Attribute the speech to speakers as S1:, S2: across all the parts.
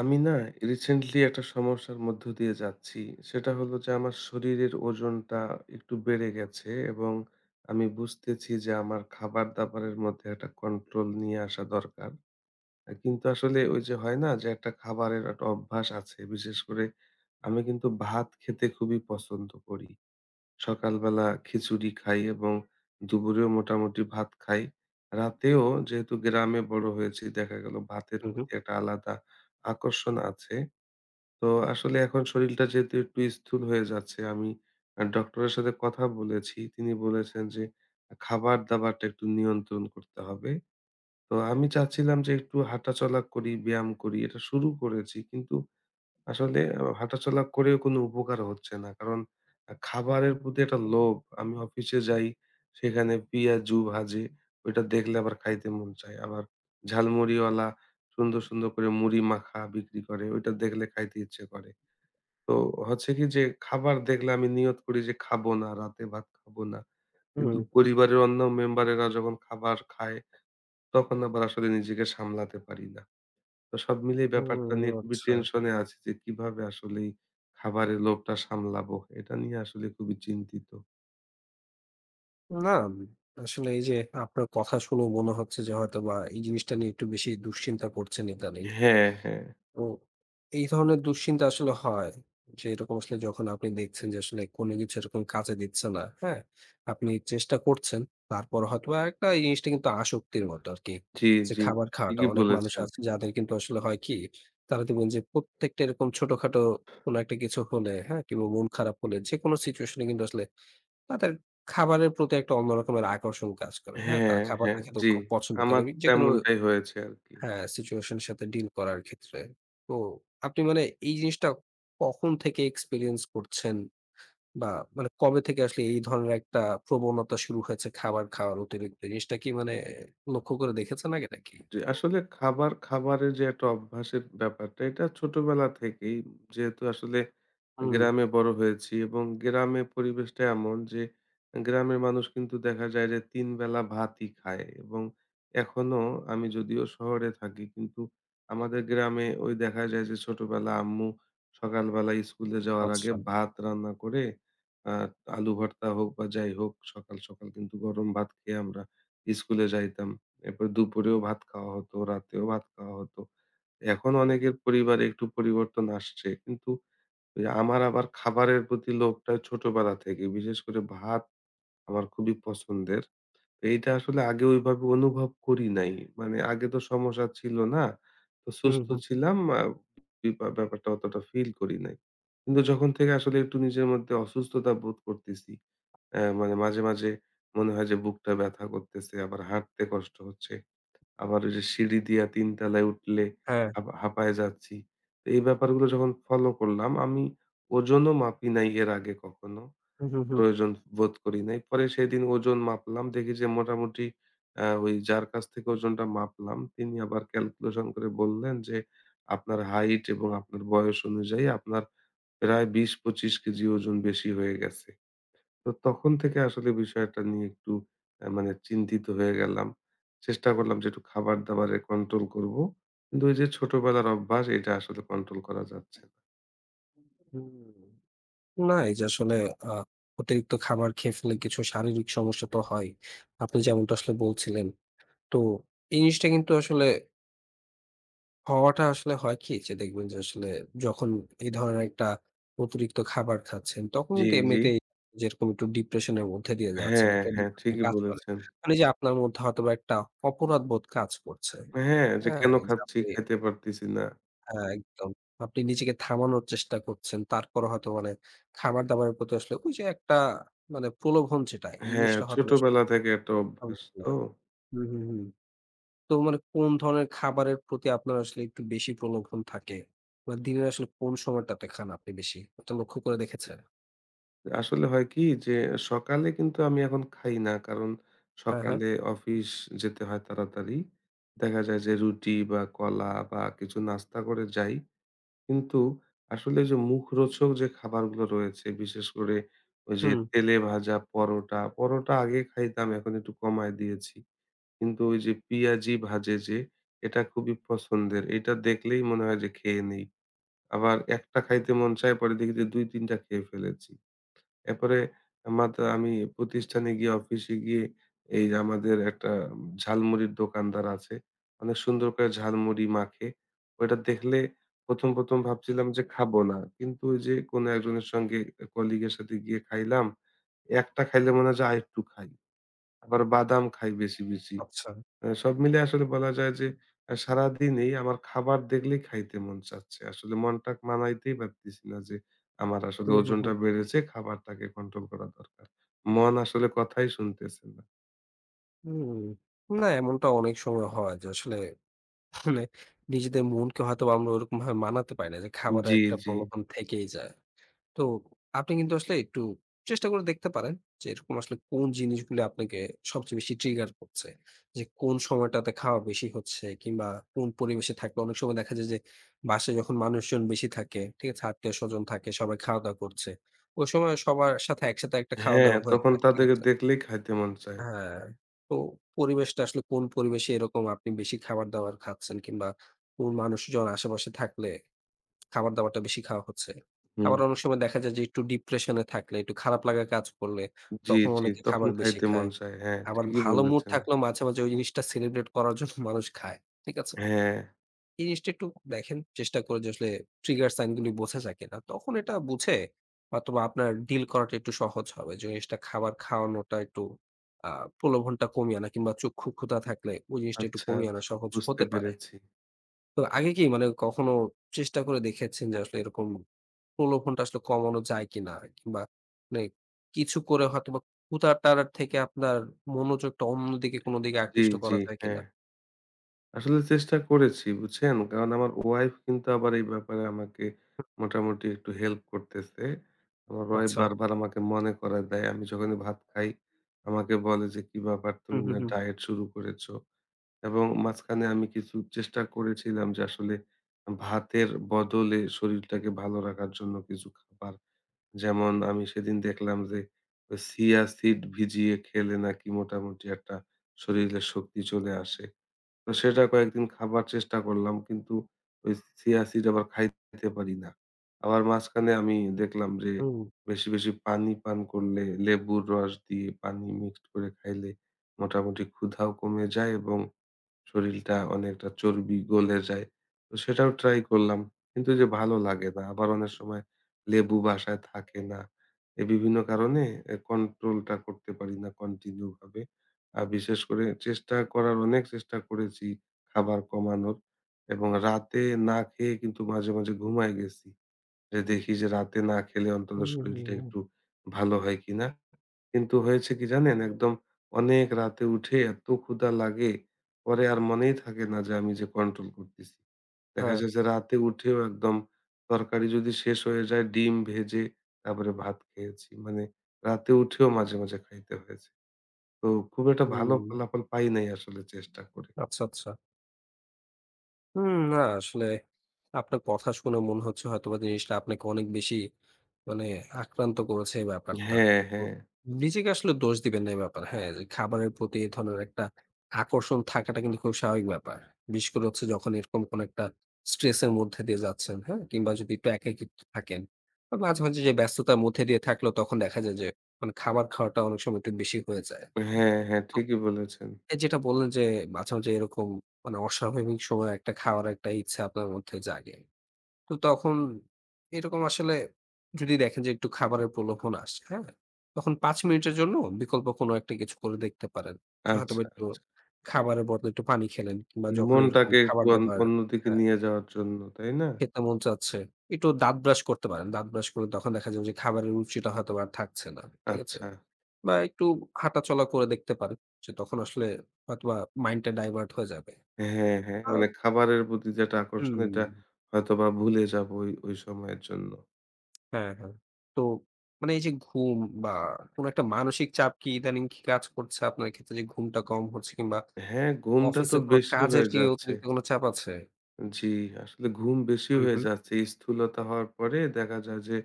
S1: আমি না রিসেন্টলি একটা সমস্যার মধ্য দিয়ে যাচ্ছি। সেটা হলো যে আমার শরীরের ওজনটা একটু বেড়ে গেছে এবং আমি বুঝতেছি যে আমার খাবার-দাবারের মধ্যে একটা কন্ট্রোল নিয়ে আসা দরকার। কিন্তু আসলে ওই যে হয় না যে একটা খাবারের একটা অভ্যাস আছে। বিশেষ করে আমি কিন্তু ভাত খেতে খুবই পছন্দ করি। সকালবেলা খিচুড়ি খাই এবং দুপুরেও মোটামুটি ভাত খাই। রাতেও যেহেতু গ্রামে বড় হয়েছি দেখা গেল ভাতের
S2: হুম,
S1: প্রতি একটা আলাদা আকর্ষণ আছে। তো আসলে এখন শরীরটা যেহেতু একটু স্থূল হয়ে যাচ্ছে আমি ডক্টরের সাথে কথা বলেছি। তিনি বলেছেন যে খাবার-দাবারটা একটু নিয়ন্ত্রণ করতে হবে। তো আমি চাচ্ছিলাম যে একটু হাঁটাচলা করি, ব্যায়াম করি। এটা শুরু করেছি কিন্তু আসলে হাঁটাচলা করেও কোনো উপকার হচ্ছে না। কারণ খাবারের প্রতি একটা লোভ। আমি অফিসে যাই, সেখানে পিঁয়াজু ভাজে, ওইটা দেখলে আবার খাইতে মন চায়। আবার ঝালমুড়িওয়ালা সুন্দর, সুন্দর করে মুড়ি মাখা বিক্রি করে, ওইটা দেখলে খাইতে ইচ্ছে করে। তো হচ্ছে কি যে খাবার দেখলে আমি নিয়ত করি যে খাবো না, রাতে ভাত খাবো না। কিন্তু
S2: হুম,
S1: পরিবারের অন্য মেম্বারেরা যখন খাবার খায়, তখন আবার আসলে নিজেকে সামলাতে পারি না। তো সব মিলিয়ে ব্যাপারটা
S2: হুম,
S1: নিয়ে খুবই
S2: আচ্ছা।
S1: টেনশনে আছি যে কিভাবে আসলে এই খাবারের লোভটা সামলাবো। এটা নিয়ে আসলে খুবই চিন্তিত।
S2: না, আসলে এই যে আপনার কথা শুনে মনে হচ্ছে যে হয়তোবা এই জিনিসটা নিয়ে একটু বেশি দুশ্চিন্তা করছেন ইদানিং।
S1: হ্যাঁ, হ্যাঁ।
S2: তো এই ধরনের দুশ্চিন্তা আসলে হয় যে এরকম আসলে যখন আপনি দেখছেন যে আসলে কোনো কিছু এরকম কাজে দিচ্ছে না, হ্যাঁ? আপনি চেষ্টা করছেন। তারপর হয়তোবা একটা এই জিনিসটা কিন্তু আসক্তির মতো আরকি।
S1: জি,
S2: যে
S1: জি।
S2: খাবার খাওয়াটা
S1: ঠিকই
S2: অনেক মানুষ
S1: বলেছেন।
S2: আছে যাদের কিন্তু আসলে হয় কি তারা দেখবেন যে প্রত্যেকটা এরকম ছোটখাটো কোনো একটা কিছু হলে, হ্যাঁ? কিংবা মন খারাপ হলে যেকোনো সিচুয়েশন এ কিন্তু আসলে তাদের খাবারের প্রতি একটা অন্য রকমের আকর্ষণ কাজ করে। হ্যাঁ?
S1: হ্যাঁ,
S2: তারা খাবারটা
S1: হ্যাঁ।
S2: খেতেও
S1: জি।
S2: খুব পছন্দ করে।
S1: আমার
S2: আমি যেকোনো
S1: তেমনটাই হয়েছে আরকি।
S2: হ্যাঁ, সিচুয়েশন এর সাথে ডিল করার ক্ষেত্রে। তো আপনি মানে এই জিনিসটা কখন থেকে এক্সপেরিয়েন্স করছেন? বা মানে কবে থেকে আসলে এই ধরনের একটা প্রবণতা শুরু হয়েছে খাবার খাওয়ার অতিরিক্ত? জিনিসটা কি মানে লক্ষ্য করে দেখেছেন আগে নাকি?
S1: জি, আসলে খাবারের যে একটা অভ্যাসের ব্যাপারটা এটা ছোটবেলা থেকেই যেহেতু আসলে
S2: হুম,
S1: গ্রামে বড় হয়েছি এবং গ্রামে পরিবেশটা এমন যে গ্রামের মানুষ কিন্তু দেখা যায় যে তিন বেলা ভাতই খায় এবং এখনো আমি যদিও শহরে থাকি কিন্তু আমাদের গ্রামে ওই দেখা যায় যে ছোটবেলা আম্মু সকালবেলা স্কুলে যাওয়ার আগে
S2: আচ্ছা।
S1: ভাত রান্না করে আহ আলু ভর্তা হোক বা যাই হোক সকাল সকাল কিন্তু গরম ভাত খেয়ে আমরা স্কুলে যাইতাম এরপর দুপুরেও ভাত খাওয়া হতো, রাতেও ভাত খাওয়া হতো। এখন অনেকের পরিবারে একটু পরিবর্তন আসছে। কিন্তু ওই আমার আবার খাবারের প্রতি লোভটা ছোটবেলা থেকে। বিশেষ করে ভাত আমার খুবই পছন্দের। তো এইটা আসলে আগে ওইভাবে অনুভব করি নাই। মানে আগে তো সমস্যা ছিল না। তো
S2: হুম,
S1: সুস্থ
S2: হুম।
S1: ছিলাম আ বিপা ব্যাপারটা অতটা ফিল করি নাই। কিন্তু যখন থেকে আসলে একটু নিজের মধ্যে অসুস্থতা বোধ করতেছি, মানে মাঝে, মাঝে মনে হয় যে বুকটা ব্যথা করতেছে, আবার হাঁটতে কষ্ট হচ্ছে। আবার ওই যে সিঁড়ি দিয়া ৩ তলায় উঠলে
S2: হ্যাঁ।
S1: হাঁপায় যাচ্ছি। তো এই ব্যাপারগুলো যখন ফলো করলাম আমি ওজনও মাপি নাই এর আগে কখনো।
S2: হুম, হুম, হুম।
S1: প্রয়োজন বোধ করি নাই। পরে সেদিন ওজন মাপলাম। দেখি যে মোটামুটি ওই যার কাছ থেকে ওজনটা মাপলাম তিনি আবার ক্যালকুলেশন করে বললেন যে, "আপনার হাইট এবং আপনার বয়স অনুযায়ী আপনার প্রায় ২০-২৫ কেজি ওজন বেশি হয়ে গেছে।" তো তখন থেকে আসলে বিষয়টা নিয়ে একটু মানে চিন্তিত হয়ে গেলাম। চেষ্টা করলাম যে একটু খাবার-দাবারে কন্ট্রোল করব। কিন্তু ওই যে ছোটবেলার অভ্যাস এটা আসলে কন্ট্রোল করা যাচ্ছে না।
S2: হুম। না, এই যে আসলে আ অতিরিক্ত খাবার খেয়ে ফেললে কিছু শারীরিক সমস্যা তো হয়। আপনি যেমনটা আসলে বলছিলেন। তো এই জিনিসটা কিন্তু আসলে হওয়াটা আসলে হয় কি যে দেখবেন যে আসলে যখন এই ধরনের একটা অতিরিক্ত খাবার খাচ্ছেন তখন
S1: জি,
S2: কিন্তু
S1: জি।
S2: এমনিতেই যেরকম একটু ডিপ্রেশন এর মধ্যে দিয়ে যাচ্ছেন।
S1: হ্যাঁ,
S2: একটা
S1: হ্যাঁ,
S2: ডিপ্রেশন
S1: ঠিকই
S2: কাজ করে।
S1: বলেছেন।
S2: মানে যে আপনার মধ্যে হয়তোবা একটা অপরাধবোধ কাজ করছে।
S1: হ্যাঁ, যে
S2: হ্যাঁ?
S1: কেন
S2: যে
S1: খাচ্ছি,
S2: আপনি
S1: খাইতে পারতেছি না।
S2: হ্যাঁ, একদম। আপনি নিজেকে থামানোর চেষ্টা করছেন। তারপরও হয়তো মানে খাবার-দাবারের প্রতি আসলে ওই যে একটা মানে প্রলোভন যেটা, এই
S1: হ্যাঁ,
S2: জিনিসটা হয়তো আসলে
S1: ছোটবেলা থেকে একটা অভ্যাস
S2: থামছে
S1: তো।
S2: না। হুম, হুম, হুম। তো মানে কোন ধরনের খাবারের প্রতি আপনার আসলে একটু বেশি প্রলোভন থাকে? বা দিনের আসলে কোন সময়টাতে খান আপনি বেশি? এটা লক্ষ্য করে দেখেছেন?
S1: আসলে হয় কি যে সকালে কিন্তু আমি এখন খাই না। কারণ
S2: হ্যাঁ, হ্যাঁ।
S1: সকালে অফিস যেতে হয় তাড়াতাড়ি। দেখা যায় যে রুটি বা কলা বা কিছু নাস্তা করে যাই। কিন্তু আসলে যে মুখরোচক যে খাবারগুলো রয়েছে বিশেষ করে ওই যে
S2: হুম,
S1: তেলে ভাজা পরোটা, পরোটা আগে খাইতাম এখন একটু কমায় দিয়েছি। কিন্তু ওই যে পিঁয়াজি ভাজে যে এটা খুবই পছন্দের। এটা দেখলেই মনে হয় যে খেয়ে নেই। আবার একটা খাইতে মন চায় পরে দেখি যে ২-৩ টা খেয়ে ফেলেছি। এরপরে মাত্র আমি প্রতিষ্ঠানে গিয়ে অফিসে গিয়ে এই যে আমাদের একটা ঝালমুড়ির দোকানদার আছে। অনেক সুন্দর করে ঝালমুড়ি মাখে। ওইটা দেখলে ১ম ভাবছিলাম যে খাবো না। কিন্তু ওই যে কোনো একজনের সঙ্গে কলিগের সাথে গিয়ে খাইলাম। একটা খাইলে মনে হয় যে আরেকটু খাই। আবার বাদাম খাই বেশি, বেশি।
S2: আচ্ছা।
S1: সব মিলে আসলে বলা যায় যে সারাদিনই আমার খাবার দেখলেই খাইতে মন চাচ্ছে। আসলে মনটা মানাইতেই পারতেছি না যে আমার আসলে
S2: হুম, হুম,
S1: ওজনটা
S2: হুম।
S1: বেড়েছে, খাবারটাকে কন্ট্রোল করা দরকার। মন আসলে কথাই শুনতেছে না।
S2: হুম। না এমনটা অনেক সময় হয় যে আসলে মানে নিজেদের মনকে হয়তোবা আমরা ওরকমভাবে মানাতে পারি না যে খাবারের
S1: জি,
S2: একটা
S1: জি।
S2: প্রলোভন থেকেই যায়। তো আপনি কিন্তু আসলে একটু চেষ্টা করে দেখতে পারেন যে এরকম আসলে কোন জিনিসগুলো আপনাকে সবচেয়ে বেশি ট্রিগার করছে। যে কোন সময়টাতে খাওয়া বেশি হচ্ছে কিংবা কোন পরিবেশে থাকলে অনেক সময় দেখা যায় যে বাসায় যখন মানুষজন বেশি থাকে, ঠিক আছে? আত্মীয়স্বজন থাকে, সবাই খাওয়া-দাওয়া করছে। ওই সময় সবার সাথে একসাথে একটা
S1: হ্যাঁ,
S2: খাওয়া-দাওয়া হয়ে
S1: তখন
S2: যায়, ঠিক
S1: তাদেরকে
S2: আছে?
S1: দেখলেই খাইতে মন চায়।
S2: হ্যাঁ, তো পরিবেশটা আসলে কোন পরিবেশে এরকম আপনি বেশি খাবার-দাবার খাচ্ছেন কিংবা কোন মানুষজন আশেপাশে থাকলে খাবার-দাবারটা বেশি খাওয়া হচ্ছে।
S1: হুম।
S2: আবার অনেক সময় দেখা যায় যে একটু ডিপ্রেশন এ থাকলে, একটু খারাপ লাগা কাজ করলে,
S1: জি,
S2: তখন
S1: জি।
S2: অনেকে
S1: তখন
S2: খাবার বেশি
S1: খাইতে মন
S2: খায়।
S1: চায়। হ্যাঁ,
S2: আবার
S1: ঠিকই
S2: ভালো মুড
S1: বলেছেন।
S2: থাকলেও মাঝে, মাঝে ওই জিনিসটা সেলিব্রেট করার জন্য মানুষ খায়। ঠিক আছে?
S1: হ্যাঁ।
S2: এই জিনিসটা একটু দেখেন, চেষ্টা করে যে আসলে ট্রিগার সাইন গুলি বোঝা যায় কিনা। তখন এটা বুঝে হয়তোবা আপনার ডিল করাটা একটু সহজ হবে। যে জিনিসটা খাবার খাওয়ানোটা একটু আ প্রলোভনটা কমিয়ে আনা কিংবা চক্ষু ক্ষুধা থাকলে ওই জিনিসটা একটু
S1: আচ্ছা,
S2: কমিয়ে আনা
S1: আচ্ছা।
S2: সহজ
S1: বুঝতে
S2: হতে পারে।
S1: পেরেছি।
S2: তো আগে কি মানে কখনো চেষ্টা করে দেখেছেন যে আসলে এরকম প্রলোভনটা আসলে কমানো যায় কিনা? কিংবা মানে কিছু করে হয়তোবা ক্ষুধাটার থেকে আপনার মনোযোগটা অন্যদিকে কোনো দিকে
S1: জি,
S2: আকৃষ্ট করা
S1: জি।
S2: যায়
S1: হ্যাঁ।
S2: কিনা?
S1: আসলে চেষ্টা করেছি বুঝছেন? কারণ আমার ওয়াইফ কিন্তু আবার এই ব্যাপারে আমাকে মোটামুটি একটু হেল্প করতেছে। আমার ওয়াইফ
S2: আচ্ছা।
S1: বারবার আমাকে মনে করায় দেয়। আমি যখনই ভাত খাই আমাকে বলে যে, "কি ব্যাপার
S2: হুম,
S1: তুমি
S2: হুম,
S1: না
S2: হুম।
S1: ডায়েট শুরু করেছো?" এবং মাঝখানে আমি কিছু চেষ্টা করেছিলাম যে আসলে ভাতের বদলে শরীরটাকে ভালো রাখার জন্য কিছু খাবার। যেমন আমি সেদিন দেখলাম যে ওই চিয়া সিড ভিজিয়ে খেলে নাকি মোটামুটি একটা শরীরে শক্তি চলে আসে। তো সেটা কয়েকদিন খাবার চেষ্টা করলাম। কিন্তু ওই চিয়া সিড আবার খাইতে পারি না। আবার মাঝখানে আমি দেখলাম যে
S2: হুম,
S1: বেশি, বেশি পানি পান করলে লেবুর রস দিয়ে পানি মিক্সড করে খাইলে মোটামুটি ক্ষুধাও কমে যায় এবং শরীলটা অনেকটা চর্বি গলে যায়। তো সেটাও ট্রাই করলাম। কিন্তু ওই যে ভালো লাগে না। আবার অনেক সময় লেবু বাসায় থাকে না। এই বিভিন্ন কারণে এ কন্ট্রোলটা করতে পারি না কন্টিনিউ ভাবে। আর বিশেষ করে চেষ্টা করার অনেক চেষ্টা করেছি খাবার কমানোর এবং রাতে না খেয়ে কিন্তু মাঝে, মাঝে ঘুমায় গেছি। যে দেখি যে রাতে না খেলে অন্তত
S2: হুম, হুম, হুম,
S1: শরীরটা
S2: হুম।
S1: একটু ভালো হয় কিনা। কিন্তু হয়েছে কি জানেন? একদম অনেক রাতে উঠে এত ক্ষুধা লাগে, পরে আর মনেই থাকে না যে আমি যে কন্ট্রোল করতেছি। দেখা
S2: হ্যাঁ।
S1: যায় যে রাতে উঠেও একদম তরকারি যদি শেষ হয়ে যায় ডিম ভেজে তারপরে ভাত খেয়েছি। মানে রাতে উঠেও মাঝে, মাঝে খাইতে হয়েছে। তো খুব একটা ভালো
S2: হুম।
S1: ফলাফল পাই নাই আসলে চেষ্টা করে।
S2: আচ্ছা, আচ্ছা। হুম, না আসলে আপনার কথা শুনে মনে হচ্ছে হয়তোবা জিনিসটা আপনাকে অনেক বেশি মানে আক্রান্ত করেছে এই ব্যাপারটা।
S1: হ্যাঁ,
S2: তো
S1: হ্যাঁ।
S2: নিজেকে আসলে দোষ দিবেন না এই ব্যাপারে। হ্যাঁ, যে খাবারের প্রতি এ ধরনের একটা আকর্ষণ থাকাটা কিন্তু খুব স্বাভাবিক ব্যাপার। বিশেষ করে হচ্ছে যখন এরকম কোনো একটা স্ট্রেস এর মধ্যে দিয়ে যাচ্ছেন, হ্যাঁ? কিংবা যদি একটু একাকিত্ব থাকেন বা মাঝে, মাঝে যে ব্যস্ততার মধ্যে দিয়ে থাকলেও তখন দেখা যায় যে মানে খাবার খাওয়াটা অনেক সময় একটু বেশি হয়ে যায়।
S1: হ্যাঁ, হ্যাঁ
S2: তো
S1: ঠিকই বলেছেন।
S2: এই যেটা বললেন যে মাঝে, মাঝে এরকম মানে অস্বাভাবিক সময়ে একটা খাওয়ার একটা ইচ্ছা আপনার মধ্যে জাগে। তো তখন এরকম আসলে যদি দেখেন যে একটু খাবারের প্রলোভন আসছে, হ্যাঁ? তখন ৫ মিনিটের জন্য বিকল্প কোনো একটা কিছু করে দেখতে পারেন। যে
S1: আচ্ছা,
S2: হয়তোবা একটু
S1: আচ্ছা।
S2: খাবারের বদলে একটু পানি খেলেন কিংবা
S1: মানে
S2: যখন এরকম
S1: মনটাকে একটু
S2: খাবার-দাবার
S1: অন্যদিকে
S2: হ্যাঁ,
S1: নিয়ে যাওয়ার জন্য, তাই না?
S2: খেতে মন চাচ্ছে, একটু দাঁত ব্রাশ করতে পারেন। দাঁত ব্রাশ করলে তখন দেখা যাবে যে খাবারের রুচিটা হয়তোবা আর থাকছে না। ঠিক আছে?
S1: আচ্ছা।
S2: বা একটু হাঁটাচলা করে দেখতে পারেন। যে তখন আসলে হয়তোবা মাইন্ডটা ডাইভার্ট হয়ে যাবে।
S1: হ্যাঁ, হ্যাঁ।
S2: আ
S1: মানে খাবারের প্রতি যে একটা আকর্ষণ
S2: হুম।
S1: এটা হয়তোবা ভুলে যাবো ওই সময়ের জন্য।
S2: হ্যাঁ, হ্যাঁ। তো মানে এই যে ঘুম বা কোন একটা মানসিক চাপ কি ইদানিং কি কাজ করছে আপনার ক্ষেত্রে যে ঘুমটা কম হচ্ছে কিংবা
S1: হ্যাঁ, ঘুমটা তো
S2: অফিসে কোন
S1: বেশি
S2: কাজের
S1: হয়ে
S2: কি
S1: যাচ্ছে।
S2: অতিরিক্ত কোন চাপ আছে?
S1: জি, আসলে ঘুম বেশি
S2: হুম,
S1: হয়ে
S2: হুম।
S1: যাচ্ছে। এই স্থূলতা হওয়ার পরে দেখা যায় যে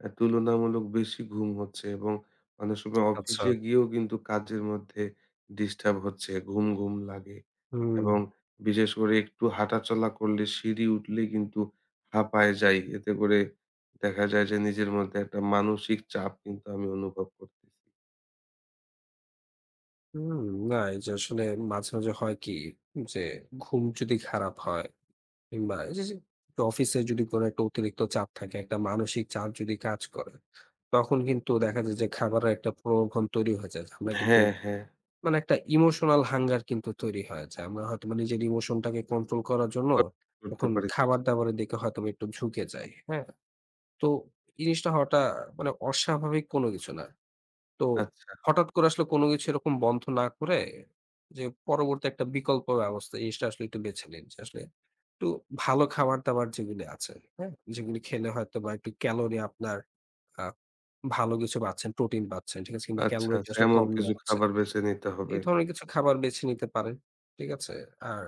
S1: তুলনামূলক বেশি ঘুম হচ্ছে এবং অনেক সময়
S2: আচ্ছা।
S1: অফিসে গিয়েও কিন্তু কাজের মধ্যে ডিস্টার্ব হচ্ছে। ঘুম, ঘুম লাগে।
S2: হুম,
S1: এবং বিশেষ করে একটু হাঁটাচলা করলে সিঁড়ি উঠলে কিন্তু হাঁপায় যাই। এতে করে দেখা যায় যে নিজের মধ্যে একটা মানসিক চাপ কিন্তু আমি অনুভব করতেছি।
S2: হুম। না এই যে আসলে মাঝে, মাঝে হয় কি যে ঘুম যদি খারাপ হয় কিংবা এই যে, যে অফিসে যদি কোন একটা অতিরিক্ত চাপ থাকে, একটা মানসিক চাপ যদি কাজ করে, তখন কিন্তু দেখা যায় যে খাবারের একটা প্রলোভন তৈরি হয়ে যায়। আমরা কিন্তু
S1: হ্যাঁ, হ্যাঁ।
S2: মানে একটা ইমোশনাল হাঙ্গার কিন্তু তৈরি হয় যে, আমরা হয়তোবা নিজের ইমোশনটাকে কন্ট্রোল করার জন্য
S1: করতে
S2: এখন
S1: পারি না। জি।
S2: খাবার-দাবারের দিকে হয়তোবা একটু ঝুঁকে যাই, হ্যাঁ? তো এই জিনিসটা হওয়াটা মানে অস্বাভাবিক কোনো কিছু না। তো
S1: আচ্ছা,
S2: হঠাৎ করে আসলে কোনো কিছু এরকম বন্ধ না করে যে পরবর্তী একটা বিকল্প ব্যবস্থা এই জিনিসটা আসলে একটু বেছে নিন। যে আসলে একটু ভালো খাবার-দাবার যেগুলি আছে, হ্যাঁ? যেগুলি খেলে হয়তোবা একটু ক্যালোরি আপনার আ ভালো কিছু পাচ্ছেন, প্রোটিন পাচ্ছেন, ঠিক আছে? কিংবা
S1: আচ্ছা,
S2: ক্যালোরিটা
S1: আচ্ছা।
S2: আসলে
S1: এমন
S2: কম
S1: কিছু
S2: নেওয়া হচ্ছে।
S1: খাবার বেছে নিতে হবে।
S2: এই ধরনের কিছু খাবার বেছে নিতে পারেন। ঠিক আছে? আর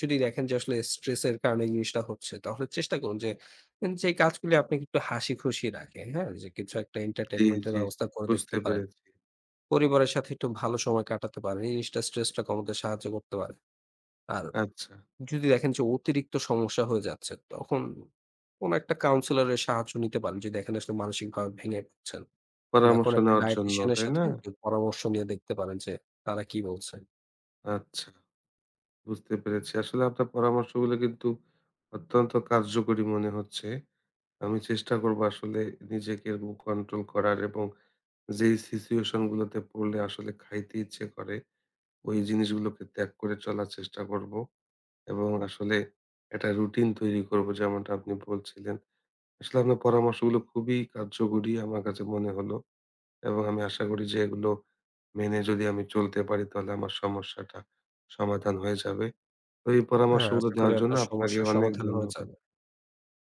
S2: যদি দেখেন যে আসলে স্ট্রেস এর কারণে এই জিনিসটা হচ্ছে, তাহলে চেষ্টা করুন যে যে কাজগুলি আপনাকে একটু হাসি-খুশি রাখে, হ্যাঁ? যে কিছু একটা
S1: জি,
S2: এন্টারটেইনমেন্ট এর
S1: জি।
S2: ব্যবস্থা করে
S1: বুঝতে
S2: দেখতে পারেন।
S1: পেরেছি।
S2: পরিবারের সাথে একটু ভালো সময় কাটাতে পারেন। এই জিনিসটা স্ট্রেসটা কমাতে সাহায্য করতে পারে। আর
S1: আচ্ছা।
S2: যদি দেখেন যে অতিরিক্ত সমস্যা হয়ে যাচ্ছে, তখন কোন একটা কাউন্সেলর এর সাহায্য নিতে পারেন। যদি দেখেন আসলে মানসিকভাবে ভেঙে পড়ছেন বা
S1: পরামর্শ
S2: কোন একটা
S1: নেওয়ার জন্য,
S2: ডায়েটিশিয়ান এর
S1: তাই
S2: সাথে
S1: না?
S2: একটু পরামর্শ নিয়ে দেখতে পারেন যে তারা কি বলছে।
S1: আচ্ছা, বুঝতে পেরেছি। আসলে আপনার পরামর্শগুলো কিন্তু অত্যন্ত কার্যকরী মনে হচ্ছে। আমি চেষ্টা করবো আসলে নিজেকে এরকম কন্ট্রোল করার এবং যেই সিচুয়েশন গুলোতে পড়লে আসলে খাইতে ইচ্ছে করে ওই জিনিসগুলোকে ত্যাগ করে চলার চেষ্টা করব এবং আসলে একটা রুটিন তৈরি করব যেমনটা আপনি বলছিলেন আসলে আপনার পরামর্শগুলো খুবই কার্যকরী আমার কাছে মনে হলো এবং আমি আশা করি যে এগুলো মেনে যদি আমি চলতে পারি তাহলে আমার সমস্যাটা সমাধান হয়ে যাবে তো এই
S2: হ্যাঁ,
S1: পরামর্শগুলো
S2: আশা করি
S1: দেওয়ার জন্য
S2: আপনার
S1: আপনাকে
S2: সমস্যার
S1: অনেক
S2: সমাধান হয়ে
S1: ধন্যবাদ
S2: যাবে।